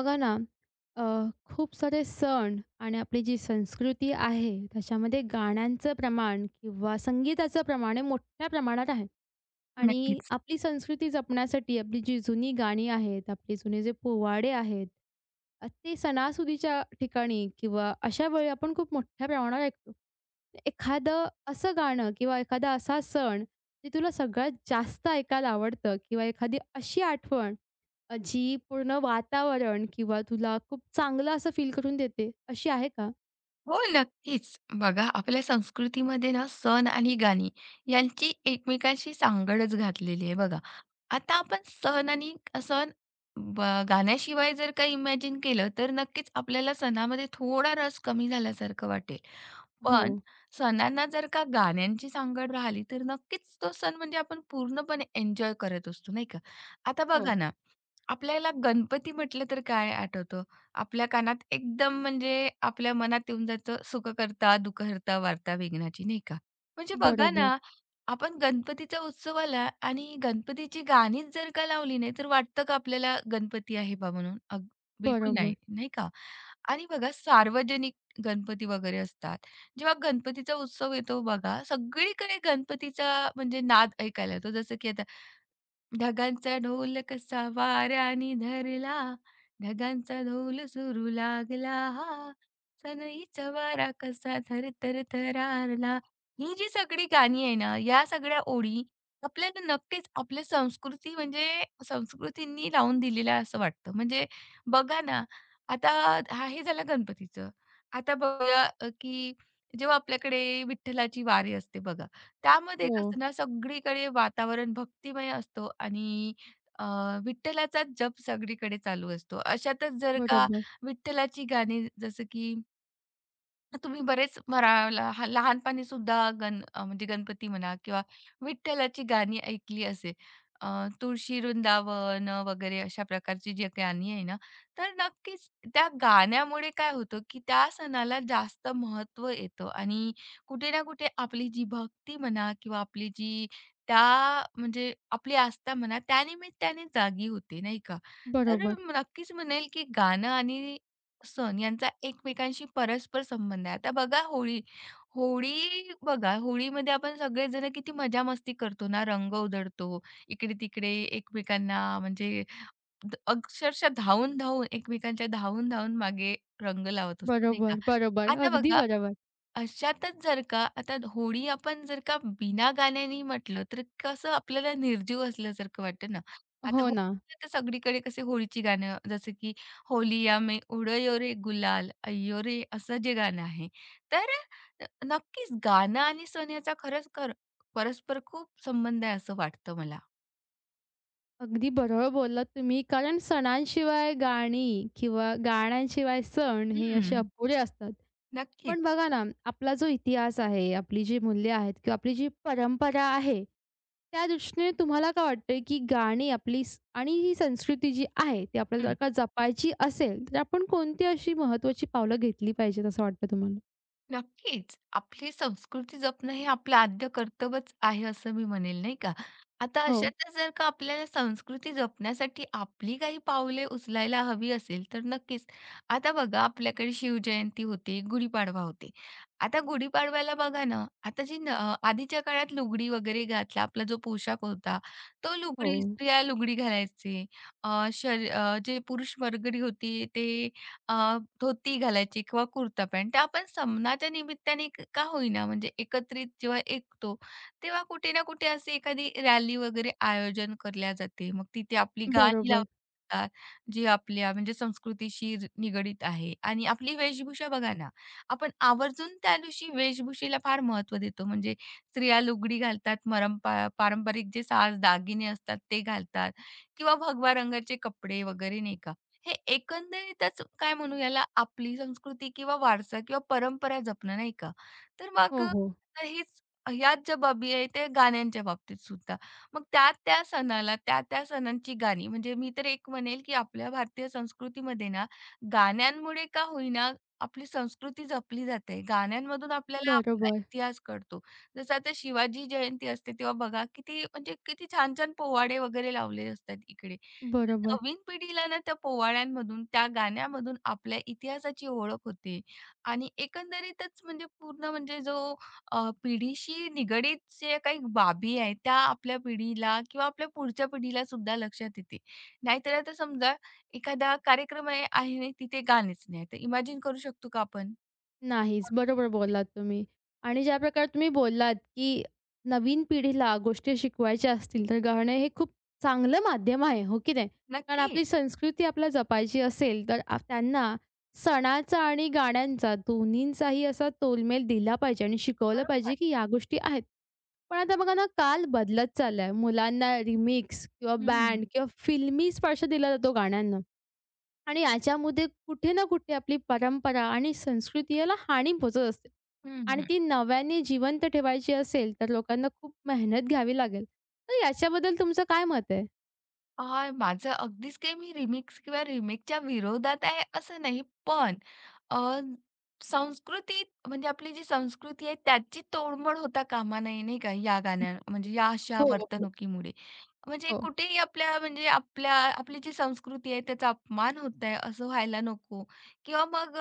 बघा ना, अ, खूप सारे सण आणि आपली जी संस्कृती आहे, त्याच्यामध्ये गाण्यांचं प्रमाण किंवा संगीताचं प्रमाण हे मोठ्या प्रमाणात आहे. आणि नक्कीच. आपली संस्कृती जपण्यासाठी आपली जी जुनी गाणी आहेत, आपले जुने जे पोवाडे आहेत, ते सणासुदीच्या ठिकाणी किंवा अशा वेळी आपण खूप मोठ्या प्रमाणावर ऐकतो. एखादं असं गाणं किंवा एखादा असा सण, जे तुला सगळ्यात जास्त ऐकायला आवडतं किंवा एखादी अशी आठवण, जी पूर्ण वातावरण किंवा तुला खूप चांगलं असं फील करून देते, अशी आहे का? हो, नक्कीच. बघा, आपल्या संस्कृतीमध्ये ना सण आणि गाणी यांची एकमेकांशी सांगडच घातलेली आहे बघा. आता आपण सण आणि सण ब गाण्याशिवाय जर काही इमॅजिन केलं, तर नक्कीच आपल्याला सणामध्ये थोडा रस कमी झाल्यासारखं वाटेल. हो, पण सणांना जर का गाण्यांची सांगड राहिली, तर नक्कीच तो सण म्हणजे आपण पूर्णपणे एन्जॉय करत असतो, नाही का? आता हो. बघा ना, आपल्याला गणपती म्हटलं तर काय आठवतं? आपल्या कानात एकदम म्हणजे आपल्या मनात येऊन जातं, सुख करता दुःखहर्ता वार्ता विघ्नाची, नाही का? म्हणजे बघा बरोबर, ना, आपण गणपतीच्या उत्सवाला आणि गणपतीची गाणीच जर का लावली नाही, तर वाटतं का आपल्याला गणपती आहे बा म्हणून? अग बिलकुल बरोबर. नाही, नाही का? आणि बघा सार्वजनिक गणपती वगैरे असतात. जेव्हा गणपतीचा उत्सव येतो बघा, सगळीकडे गणपतीचा म्हणजे नाद ऐकायला येतो. जसं की आता ढगांचा ढोल कसा वाऱ्याने धरला, ढगांचा ढोल सुरू लागला, हा सनईचा वारा कसा थर थर थरारला. ही जी सगळी गाणी आहे ना, या सगळ्या ओळी आपल्याला नक्कीच आपल्या संस्कृती म्हणजे संस्कृतींनी लावून दिलेल्या असं वाटतं, म्हणजे बघा ना. आता हे झालं गणपतीचं. आता बघा, की जेव्हा आपल्याकडे विठ्ठलाची वारी असते बघा, त्यामध्ये हो, कसं ना सगळीकडे वातावरण भक्तिमय असतो आणि अ, विठ्ठलाचाच जप सगळीकडे चालू असतो. अशातच जर का बरोबर, विठ्ठलाची गाणी, जसं की तुम्ही बरेच मरा ला लहानपणी सुद्धा म्हणजे गणपती म्हणा किंवा विठ्ठलाची गाणी ऐकली असेल. अ, तुळशी वृंदावन वगैरे अशा प्रकारची जी गाणी आहे ना, तर नक्कीच त्या गाण्यामुळे काय होतं, की त्या सणाला जास्त महत्व येतं आणि कुठे ना कुठे आपली जी भक्ती म्हणा किंवा आपली जी त्या म्हणजे आपली आस्था म्हणा त्यानिमित्ताने जागी होते, नाही का? तर बरोबर, नक्कीच म्हणेल, की गाणं आणि सण यांचा एकमेकांशी परस्पर संबंध आहे. आता बघा होळी, होळी बघा, होळीमध्ये आपण सगळेजण किती मजा मस्ती करतो ना, रंग उधळतो, इकडे-तिकडे एकमेकांना म्हणजे अक्षरशः धावून-धावून एकमेकांच्या धावून-धावून मागे रंग लावत असतो, नाही का? बरोबर, बरोबर. आता अगदी बघा, बरोबर. अशातच जर का आता होळी आपण जर का बिना गाण्यानी म्हटलं तर कसं आपल्याला निर्जीव असल्यासारखं वाटतं ना. आता हो ना. होळीला तर सगळीकडे कसे होळीची गाणं, जसं की होलिया में उडयो रे गुलाल अय्यो रे, असं जे गाणं आहे. तर नक्कीच गाणं आणि सण याचा खरंच परस्पर खूप संबंध आहे असं वाटतं मला. अगदी बरोबर बोललात तुम्ही. कारण सणांशिवाय गाणी किंवा गाण्यांशिवाय सण हे असे हं. अपुरे असतात. पण नक्कीच. बघा ना, आपला जो इतिहास आहे, आपली जी मूल्य आहेत किंवा आपली जी परंपरा आहे त्या दृष्टीने तुम्हाला काय वाटतंय, की गाणी आपली स आणि ही संस्कृती जी आहे, ती आपल्याला जर का जपायची असेल, तर आपण कोणती अशी महत्त्वाची पावलं घेतली पाहिजेत असं वाटतं तुम्हाला? नक्कीच. आपली संस्कृती जपणं हे आपलं आद्य कर्तव्यच आहे असं मी म्हणेल, नाही का? आता हो, अशातच जर का आपल्याला संस्कृती जपण्यासाठी आपली काही पावले उचलायला हवी असेल, तर नक्कीच. आता बघा, आपल्याकडे शिवजयंती होते, गुढीपाडवा होते. आता गुढीपाडव्याला बघा ना, आता जी आधीच्या काळात लुगडी वगैरे घातला आपला जो पोशाख होता, तो हो. लुगडी स्त्रिया लुगडी घालायचे. जे पुरुष वर्गडी होती ते धोती घालायची किंवा कुर्ता पॅन्ट. ते आपण सणाच्या निमित्ताने का होईना म्हणजे एकत्रित जेव्हा ऐकतो, तेव्हा कुठे ना कुठे अशी एखादी रॅली वगैरे आयोजन केल्या जाते. मग तिथे आपली गाणी बरोबर. लावली जी आपल्या म्हणजे संस्कृतीशी निगडीत आहे. आणि आपली वेशभूषा बघा ना, आपण आवर्जून त्या दिवशी वेशभूषेला फार महत्त्व देतो. म्हणजे स्त्रिया लुगडी घालतात, पारंपरिक जे साज दागिने असतात ते घालतात किंवा भगवा रंगाचे कपडे वगैरे, नाही का. हे एकंदरीतच काय म्हणू याला, आपली संस्कृती किंवा वारसा किंवा परंपरा जपणं, नाही का. तर मग हो, अ, हो. हेच ह्याच ज्या बाबी आहे ते गाण्यांच्या बाबतीत सुद्धा. मग त्या-त्या सणाला त्या-त्या सणांची गाणी, म्हणजे मी तर एक म्हणेल, की आपल्या भारतीय संस्कृतीमध्ये ना गाण्यांमुळे का होईना आपली संस्कृती जपली जाते. गाण्यांमधून आपल्याला आपला बरोबर, इतिहास कळतो. जसं आता शिवाजी जयंती असते तेव्हा बघा किती म्हणजे किती छान छान पोवाडे वगैरे लावले असतात इकडे. तर बरोबर. नवीन पिढीला ना त्या पोवाड्यांमधून, त्या गाण्यामधून आपल्या इतिहासाची ओळख होते आणि एकंदरीतच म्हणजे पूर्ण म्हणजे जो पिढीशी निगडीत जे काही बाबी आहेत त्या आपल्या पिढीला किंवा आपल्या पुढच्या पिढीला सुद्धा लक्षात येते. नाहीतर आता समजा एखादा कार्यक्रम आहे आहे आणि तिथे गाणेच नाही. तर इमॅजिन करू शकतो का आपण? नाहीच. बरोबर बोललात तुम्ही. आणि ज्या प्रकारे तुम्ही बोललात, की नवीन पिढीला गोष्टी शिकवायच्या असतील, तर गाणे हे खूप चांगलं माध्यम आहे, हो की नाही? कारण नक्कीच. आपली संस्कृती आपल्याला जपायची असेल, तर आप त्यांना सणाचा आणि गाण्यांचा दोन्हींचाही असा तोलमेल दिला पाहिजे आणि शिकवलं बरोबर. पाहिजे, की ह्या गोष्टी आहेत. पण आता बघा ना, काल बदलत चाललाय. मुलांना रिमिक्स किंवा हं, बँड हं. किंवा फिल्मी स्पर्श दिला जातो गाण्यांना. आणि याच्यामध्ये कुठे ना कुठे आपली परंपरा आणि संस्कृती याला हानी पोहोचत असते. आणि हं, ती नव्याने जिवंत ठेवायची असेल, तर लोकांना खूप मेहनत घ्यावी लागेल. तर याच्याबद्दल तुमचं काय मत आहे? हां, माझं अगदीच काही मी रिमिक्स किंवा रिमेकच्या विरोधात आहे असं नाही. पण अ, संस्कृती म्हणजे आपली जी संस्कृती आहे त्याची तोडमोड होता कामा नये, नाही का? या गाण्या म्हणजे या अशा हो, हो. वर्तणुकीमुळे. म्हणजे हो. कुठेही आपल्या म्हणजे आपल्या आपली जी संस्कृती आहे त्याचा अपमान होत आहे असं व्हायला नको, किंवा मग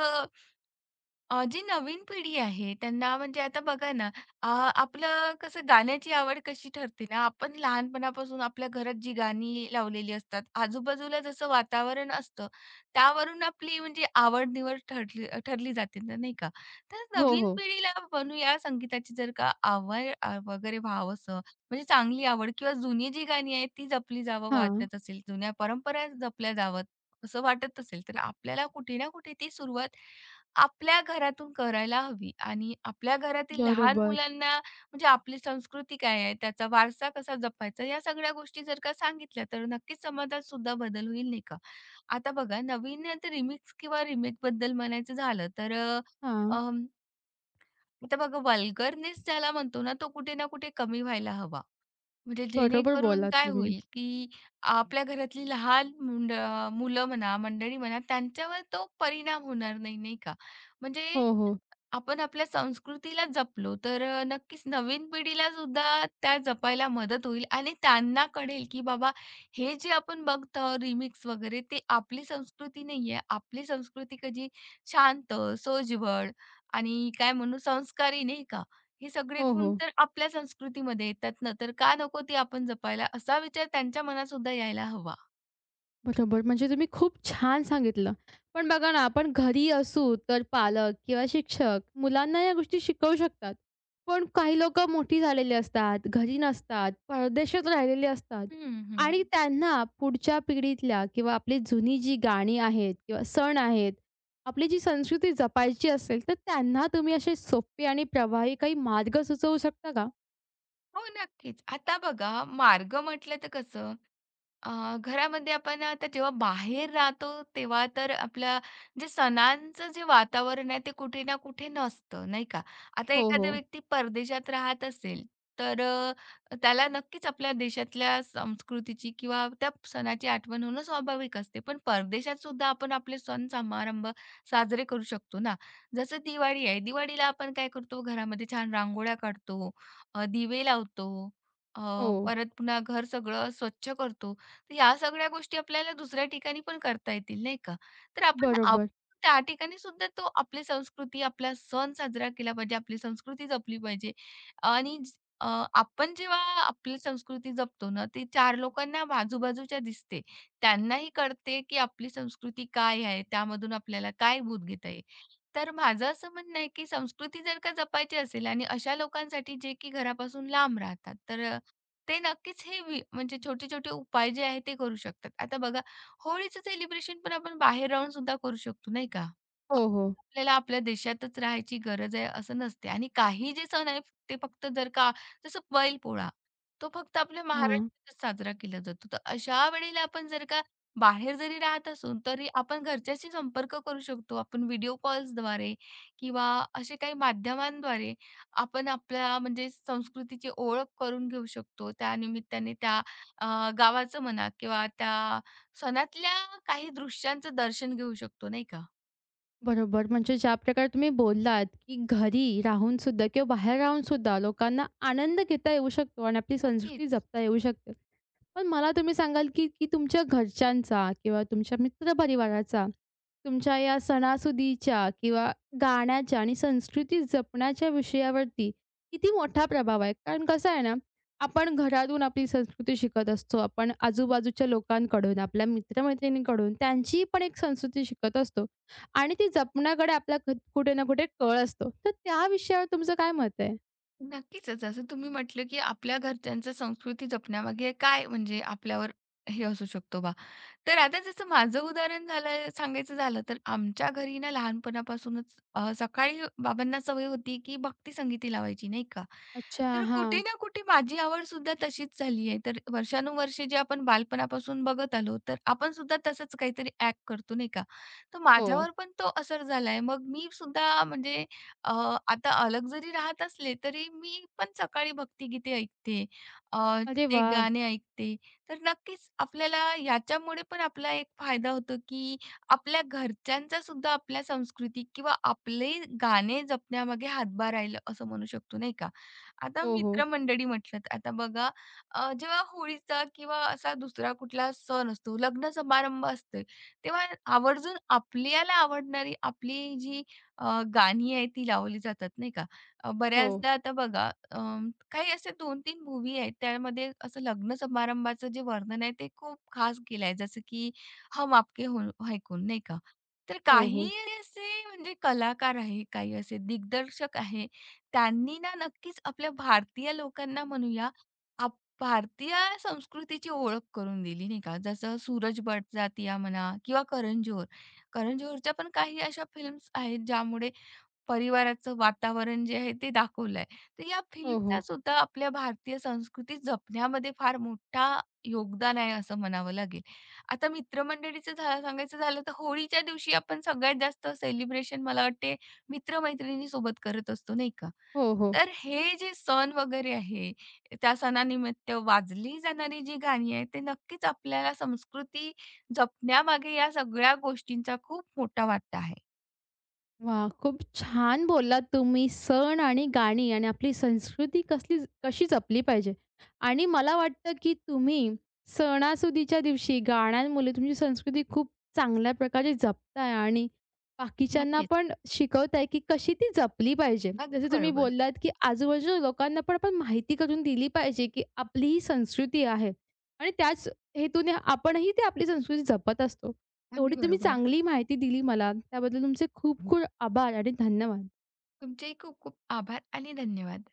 जी नवीन पिढी आहे त्यांना म्हणजे आता बघा ना, अ, आपलं कसं गाण्याची आवड कशी ठरते ना, आपण लहानपणापासून आपल्या घरात जी गाणी लावलेली असतात, आजूबाजूला जसं वातावरण असतं, त्यावरून आपली म्हणजे आवड-निवड ठरली ठरली जाते ना, नाही का? तर हो, नवीन हो. पिढीला बनू या संगीताची जर का आवड वगैरे व्हावंसं, म्हणजे चांगली आवड किंवा जुनी जी गाणी आहेत ती जपली जावं हां. वाटत असेल, जुन्या परंपरा जपल्या जाव्यात असं वाटत असेल, तर आपल्याला कुठे ना कुठे ती सुरुवात आपल्या घरातून करायला हवी आणि आपल्या घरातील लहान बरोबर. मुलांना म्हणजे आपली संस्कृती काय आहे, त्याचा वारसा कसा जपायचा, या सगळ्या गोष्टी जर का सांगितल्या, तर नक्कीच समाजात सुद्धा बदल होईल, नाही का? आता बघा नवीन रिमिक्स किंवा रिमेकबद्दल म्हणायचं झालं, तर हां. अं, आता बघा वल्गरनेस ज्याला म्हणतो ना, तो कुठे ना कुठे कमी व्हायला हवा. म्हणजे बरोबर जेणेकरून बोललात काय तुम्ही. होईल, की आपल्या घरातली लहान मुंड मुलं म्हणा, मंडळी म्हणा, त्यांच्यावर तो परिणाम होणार नाही, नाही का? म्हणजे हो, हो. आपण आपल्या संस्कृतीला जपलो तर नक्कीच नवीन पिढीला सुद्धा त्या जपायला मदत होईल आणि त्यांना कळेल की बाबा, हे जे आपण बघतो रिमिक्स वगैरे, ते आपली संस्कृती नाहीये. आपली संस्कृती कशी शांत, सोज्वळ आणि काय म्हणू संस्कारी, नाही का? हे सगळे हो, गुण हो. तर आपल्या संस्कृतीमध्ये येतात ना, तर का नको ते आपण जपायला? असा विचार त्यांच्या मनात सुद्धा यायला हवा. बरोबर. म्हणजे तुम्ही खूप छान सांगितलं. पण बघा ना, आपण घरी असू तर पालक किंवा शिक्षक मुलांना या गोष्टी शिकवू शकतात. पण काही लोकं मोठी झालेली असतात, घरी नसतात, परदेशात राहिलेली असतात हं, हं. आणि त्यांना पुढच्या पिढीतल्या किंवा आपली जुनी जी गाणी आहेत किंवा सण आहेत, आपली जी संस्कृती जपायची असेल, तर त्यांना तुम्ही असे सोपे आणि प्रभावी काही मार्ग सुचवू शकता का? हो, नक्कीच. आता बघा, मार्ग म्हटलं तर कसं, घरामध्ये आपण आता जेव्हा बाहेर राहतो, तेव्हा तर आपल्या जे सणांचं जे वातावरण आहे ते कुठे ना कुठे नसतं, नाही का? आता हो, हो. एखादा व्यक्ती परदेशात राहत असेल, तर त्याला नक्कीच आपल्या देशातल्या संस्कृतीची किंवा त्या सणाची आठवण होणं स्वाभाविक असते. पण परदेशात सुद्धा आपण आपले सण समारंभ साजरे करू शकतो ना. जसं दिवाळी आहे. दिवाळीला आपण काय करतो, घरामध्ये छान रांगोळ्या काढतो, दिवे लावतो, अ, हो. परत पुन्हा घर सगळं स्वच्छ करतो. तर या सगळ्या गोष्टी आपल्याला दुसऱ्या ठिकाणी पण करता येतील, नाही का? तर आपण बरोबर. त्या ठिकाणी सुद्धा तो आपली संस्कृती, आपला सण साजरा केला पाहिजे, आपली संस्कृती जपली पाहिजे, आणि अ, आपण जेव्हा आपली संस्कृती जपतो ना, ती चार लोकांना बाजूबाजूच्या दिसते. त्यांनाही कळते, की आपली संस्कृती काय आहे, त्यामधून आपल्याला काय बोध घेता येईल. तर माझं असं म्हणणं आहे, की संस्कृती जर का जपायची असेल, आणि अशा लोकांसाठी जे की घरापासून लांब राहतात, तर ते नक्कीच हे म्हणजे छोटे-छोटे उपाय जे आहेत ते करू शकतात. आता बघा, होळीचं सेलिब्रेशन पण आपण बाहेर राहून सुद्धा करू शकतो, नाही का? हो, हो. आपल्याला आपल्या देशातच राहायची गरज आहे असं नसते, आणि काही जे सण आहेत ते फक्त जर का, जसं बैलपोळा, तो फक्त आपल्या हां. महाराष्ट्रातच साजरा केला जातो. तर अशा वेळेला आपण जर का बाहेर जरी राहत असू, तरी आपण घरच्याशी संपर्क करू शकतो. आपण व्हिडिओ कॉल्सद्वारे किंवा असे काही माध्यमांद्वारे आपण आपल्या म्हणजे संस्कृतीची ओळख करून घेऊ शकतो. त्या निमित्ताने त्या गावाचं म्हणा किंवा त्या सणातल्या काही दृश्यांचं दर्शन घेऊ शकतो, नाही का? बरोबर. म्हणजे ज्या प्रकारे तुम्ही बोललात, की घरी राहून सुद्धा किंवा बाहेर राहून सुद्धा लोकांना आनंद घेता येऊ शकतो आणि आपली संस्कृती नक्कीच. जपता येऊ शकते. पण मला तुम्ही सांगाल, की की तुमच्या घरच्यांचा किंवा तुमच्या मित्रपरिवाराचा तुमच्या या सणासुदीच्या किंवा गाण्याच्या आणि संस्कृती जपण्याच्या विषयावरती किती मोठा प्रभाव आहे? कारण कसं आहे ना, आपण घरातून आपली संस्कृती शिकत असतो. आपण आजूबाजूच्या लोकांकडून, आपल्या मित्र त्यांची पण एक संस्कृती शिकत असतो. आणि ती जपण्याकडे आपला क कुठे ना कुठे कल असतो. तर त्या विषयावर तुमचं काय मत आहे? नक्कीच. जसं तुम्ही म्हटलं, की आपल्या घरच्यांचं संस्कृती जपण्यामागे काय म्हणजे आपल्यावर हे असू शकतो बा. तर आता जसं माझं उदाहरण झालं सांगायचं झालं, तर आमच्या घरी ना लहानपणापासूनच सकाळी बाबांना सवय होती, की भक्ती संगीती लावायची, नाही का. अच्छा. तर कुठे हां. ना कुठे माझी आवड सुद्धा तशीच झाली आहे. तर वर्षानुवर्षे जे आपण बालपणापासून बघत आलो, तर आपण सुद्धा तसंच काहीतरी ॲक्ट करतो, नाही का. तर हो. माझ्यावर पण तो असर झालाय. मग मी सुद्धा म्हणजे अ, आता अलग जरी राहत असले, तरी मी पण सकाळी भक्तिगीते ऐकते. अ, अरे ते वाह! गाणे ऐकते. तर नक्कीच आपल्याला याच्यामुळे पण आपला एक फायदा होतो, की आपल्या घरच्यांचा सुद्धा आपल्या संस्कृती किंवा आपले गाणे जपण्यामागे हातभार राहिलं असं म्हणू शकतो, नाही का? आता हो, हो. मित्रमंडळी म्हटलं, तर आता बघा, जेव्हा होळीचा किंवा असा दुसरा कुठला सण असतो, लग्न समारंभ असते, तेव्हा आवर्जून आपल्याला आवडणारी आपली जी गाणी आहेत ती लावली जातात, नाही का. हो. बऱ्याचदा आता बघा, काही असे 2-3 मूव्ही आहेत, त्यामध्ये असं लग्न समारंभाचं जे वर्णन आहे ते खूप खास केलं आहे. जसं की हम आपके हो है, नाही का. तर हो, काही हो. असे म्हणजे कलाकार आहे, काही असे दिग्दर्शक आहे, त्यांनी ना नक्कीच आपल्या भारतीय लोकांना म्हणूया, आप भारतीय संस्कृतीची ओळख करून दिली, नाही का. जसं सूरज बडजात्या म्हणा किंवा करण जोहरच्या पण काही अशा फिल्म्स आहेत ज्यामुळे परिवाराचं वातावरण जे आहे ते दाखवलंय. तर या हो, फिल्मचा हो. सुद्धा आपल्या भारतीय संस्कृती जपण्यामध्ये फार मोठा योगदान आहे असं म्हणावं लागेल. आता मित्रमंडळीचं सांगायचं झालं तर होळीच्या दिवशी आपण सगळ्यात जास्त सेलिब्रेशन, मला वाटते, मित्र-मैत्रिणीसोबत करत असतो, नाही का? हो, हो. तर हे जे सण वगैरे आहे, त्या सणानिमित्त वाजली जाणारी जी गाणी आहेत ते नक्कीच आपल्याला संस्कृती जपण्यामागे या सगळ्या गोष्टींचा खूप मोठा वाटा आहे. वाह! खूप छान बोललात तुम्ही. सण आणि गाणी आणि आपली संस्कृती कसली कशी जपली पाहिजे आणि मला वाटतं, की तुम्ही सणासुदीच्या दिवशी गाण्यांमुळे तुमची संस्कृती खूप चांगल्या प्रकारे जपताय आणि बाकीच्यांना नक्कीच. पण शिकवताय, की कशी ती जपली पाहिजे. जसे अगदी तुम्ही बरोबर. बोललात, की आजूबाजूच्या लोकांना पण आपण माहिती करून दिली पाहिजे, की आपली ही संस्कृती आहे आणि त्याच हेतूने आपणही ती आपली संस्कृती जपत असतो. एवढी अगदी तुम्ही बरोबर. चांगली माहिती दिली मला. त्याबद्दल तुमचे खूप खूप आभार आणि धन्यवाद. तुमचेही खूप खूप आभार आणि धन्यवाद.